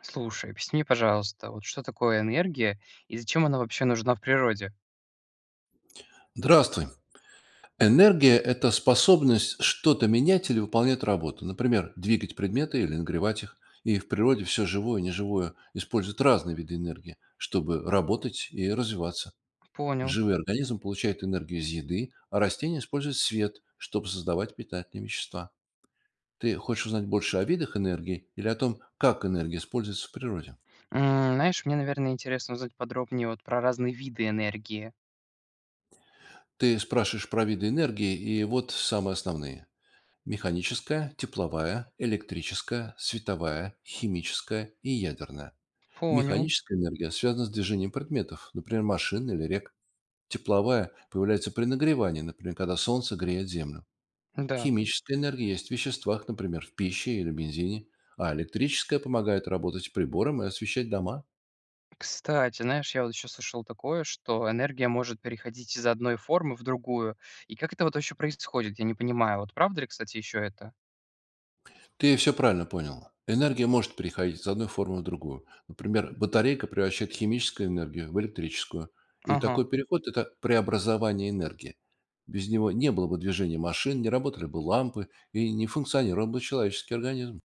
Слушай, объясни, пожалуйста, вот что такое энергия и зачем она вообще нужна в природе? Здравствуй. Энергия– это способность что-то менять или выполнять работу. Например, двигать предметы или нагревать их. И в природе все живое и неживое используют разные виды энергии, чтобы работать и развиваться. Понял. Живой организм получает энергию из еды, а растения используют свет, чтобы создавать питательные вещества. Ты хочешь узнать больше о видах энергии или о том, как энергия используется в природе? Знаешь, мне, наверное, интересно узнать подробнее вот про разные виды энергии. Ты спрашиваешь про виды энергии, и вот самые основные. Механическая, тепловая, электрическая, световая, химическая и ядерная. Понял. Механическая энергия связана с движением предметов, например, машин или рек. Тепловая появляется при нагревании, например, когда солнце греет землю. Да. Химическая энергия есть в веществах, например, в пище или бензине, а электрическая помогает работать приборам и освещать дома. Кстати, знаешь, я вот еще слышал такое, что энергия может переходить из одной формы в другую. И как это вот вообще происходит? Я не понимаю. Вот правда ли, кстати, еще это? Ты все правильно понял. Энергия может переходить из одной формы в другую. Например, батарейка превращает химическую энергию в электрическую. И Ага. такой переход– это преобразование энергии. Без него не было бы движения машин, не работали бы лампы и не функционировал бы человеческий организм.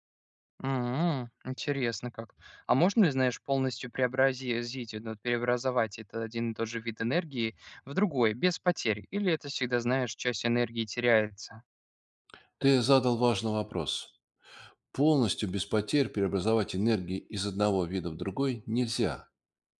Интересно как. А можно ли, знаешь, полностью преобразить, ну, преобразовать этот один и тот же вид энергии в другой, без потерь? Или это всегда, знаешь, часть энергии теряется? Ты задал важный вопрос. Полностью без потерь преобразовать энергии из одного вида в другой нельзя,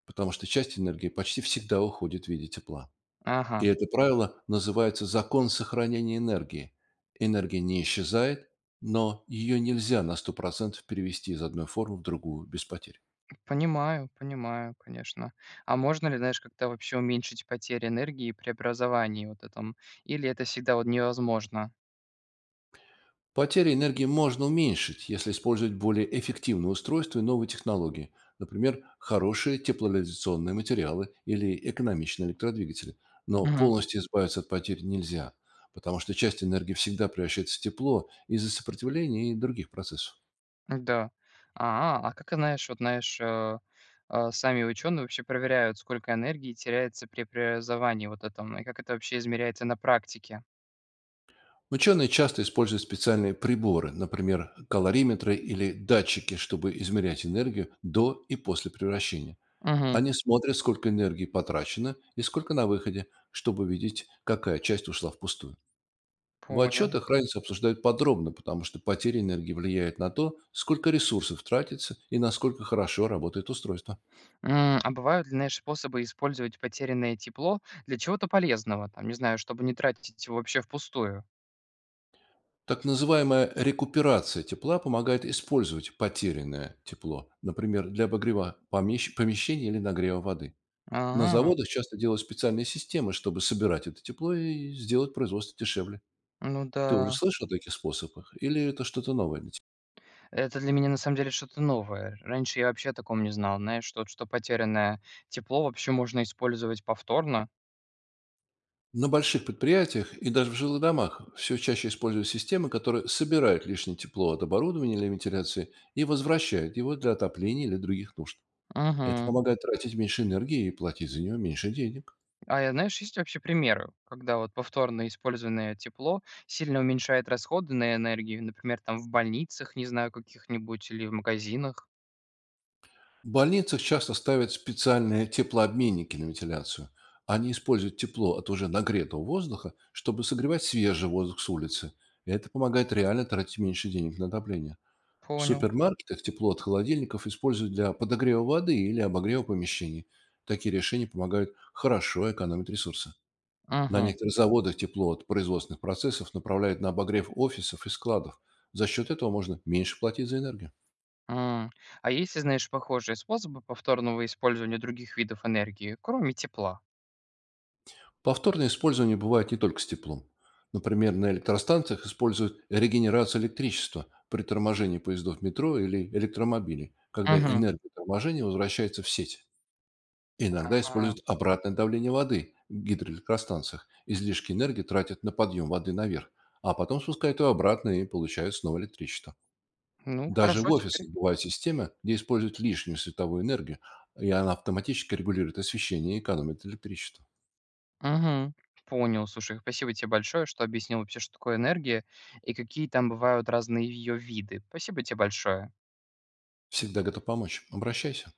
потому что часть энергии почти всегда уходит в виде тепла. Ага, И это правило называется закон сохранения энергии. Энергия не исчезает, но ее нельзя на 100% перевести из одной формы в другую без потерь. понимаю, конечно. А можно ли, знаешь, как-то вообще уменьшить потери энергии при образовании вот этом? Или это всегда вот невозможно? Потери энергии можно уменьшить, если использовать более эффективные устройства и новые технологии, например, хорошие теплоизоляционные материалы или экономичные электродвигатели. Но Мгм. полностью избавиться от потерь нельзя, потому что часть энергии всегда превращается в тепло из-за сопротивления и других процессов. Да. А как, знаешь, вот знаешь, сами ученые вообще проверяют, сколько энергии теряется при преобразовании вот этом, и как это вообще измеряется на практике? Ученые часто используют специальные приборы, например, калориметры или датчики, чтобы измерять энергию до и после превращения. Мгм. Они смотрят, сколько энергии потрачено и сколько на выходе, чтобы видеть, какая часть ушла впустую. В Понял. отчетах разницу обсуждают подробно, потому что потеря энергии влияет на то, сколько ресурсов тратится и насколько хорошо работает устройство. А бывают ли, знаешь, способы использовать потерянное тепло для чего-то полезного? Там, не знаю, чтобы не тратить его вообще впустую. Так называемая рекуперация тепла помогает использовать потерянное тепло, например, для обогрева помещений или нагрева воды. На Ага, заводах часто делают специальные системы, чтобы собирать это тепло и сделать производство дешевле. ну Ты уже да. слышал о таких способах? Или это что-то новое для тебя? Это для меня на самом деле что-то новое. Раньше я вообще о таком не знал, знаешь, что потерянное тепло вообще можно использовать повторно. На больших предприятиях и даже в жилых домах все чаще используют системы, которые собирают лишнее тепло от оборудования или вентиляции и возвращают его для отопления или других нужд. Это Угу. помогает тратить меньше энергии и платить за нее меньше денег. А я, знаешь, есть вообще примеры, когда вот повторно использованное тепло сильно уменьшает расходы на энергию, например, там в больницах, не знаю, каких-нибудь или в магазинах. В больницах часто ставят специальные теплообменники на вентиляцию. Они используют тепло от уже нагретого воздуха, чтобы согревать свежий воздух с улицы. И это помогает реально тратить меньше денег на отопление. В Понял. супермаркетах тепло от холодильников используют для подогрева воды или обогрева помещений. Такие решения помогают хорошо экономить ресурсы. На Угу. некоторых заводах тепло от производственных процессов направляют на обогрев офисов и складов. За счет этого можно меньше платить за энергию. А есть, ли, знаешь, похожие способы повторного использования других видов энергии, кроме тепла? Повторное использование бывает не только с теплом. Например, на электростанциях используют регенерацию электричества при торможении поездов метро или электромобилей, когда Угу. энергия торможения возвращается в сеть. Иногда Ага. используют обратное давление воды в гидроэлектростанциях. Излишки энергии тратят на подъем воды наверх, а потом спускают ее обратно и получают снова электричество. Ну, Даже в хорошо теперь. офисах бывают системы, где используют лишнюю световую энергию, и она автоматически регулирует освещение и экономит электричество. Угу. Понял, слушай, спасибо тебе большое, что объяснил вообще, что такое энергия и какие там бывают разные ее виды. Спасибо тебе большое. Всегда готов помочь. Обращайся.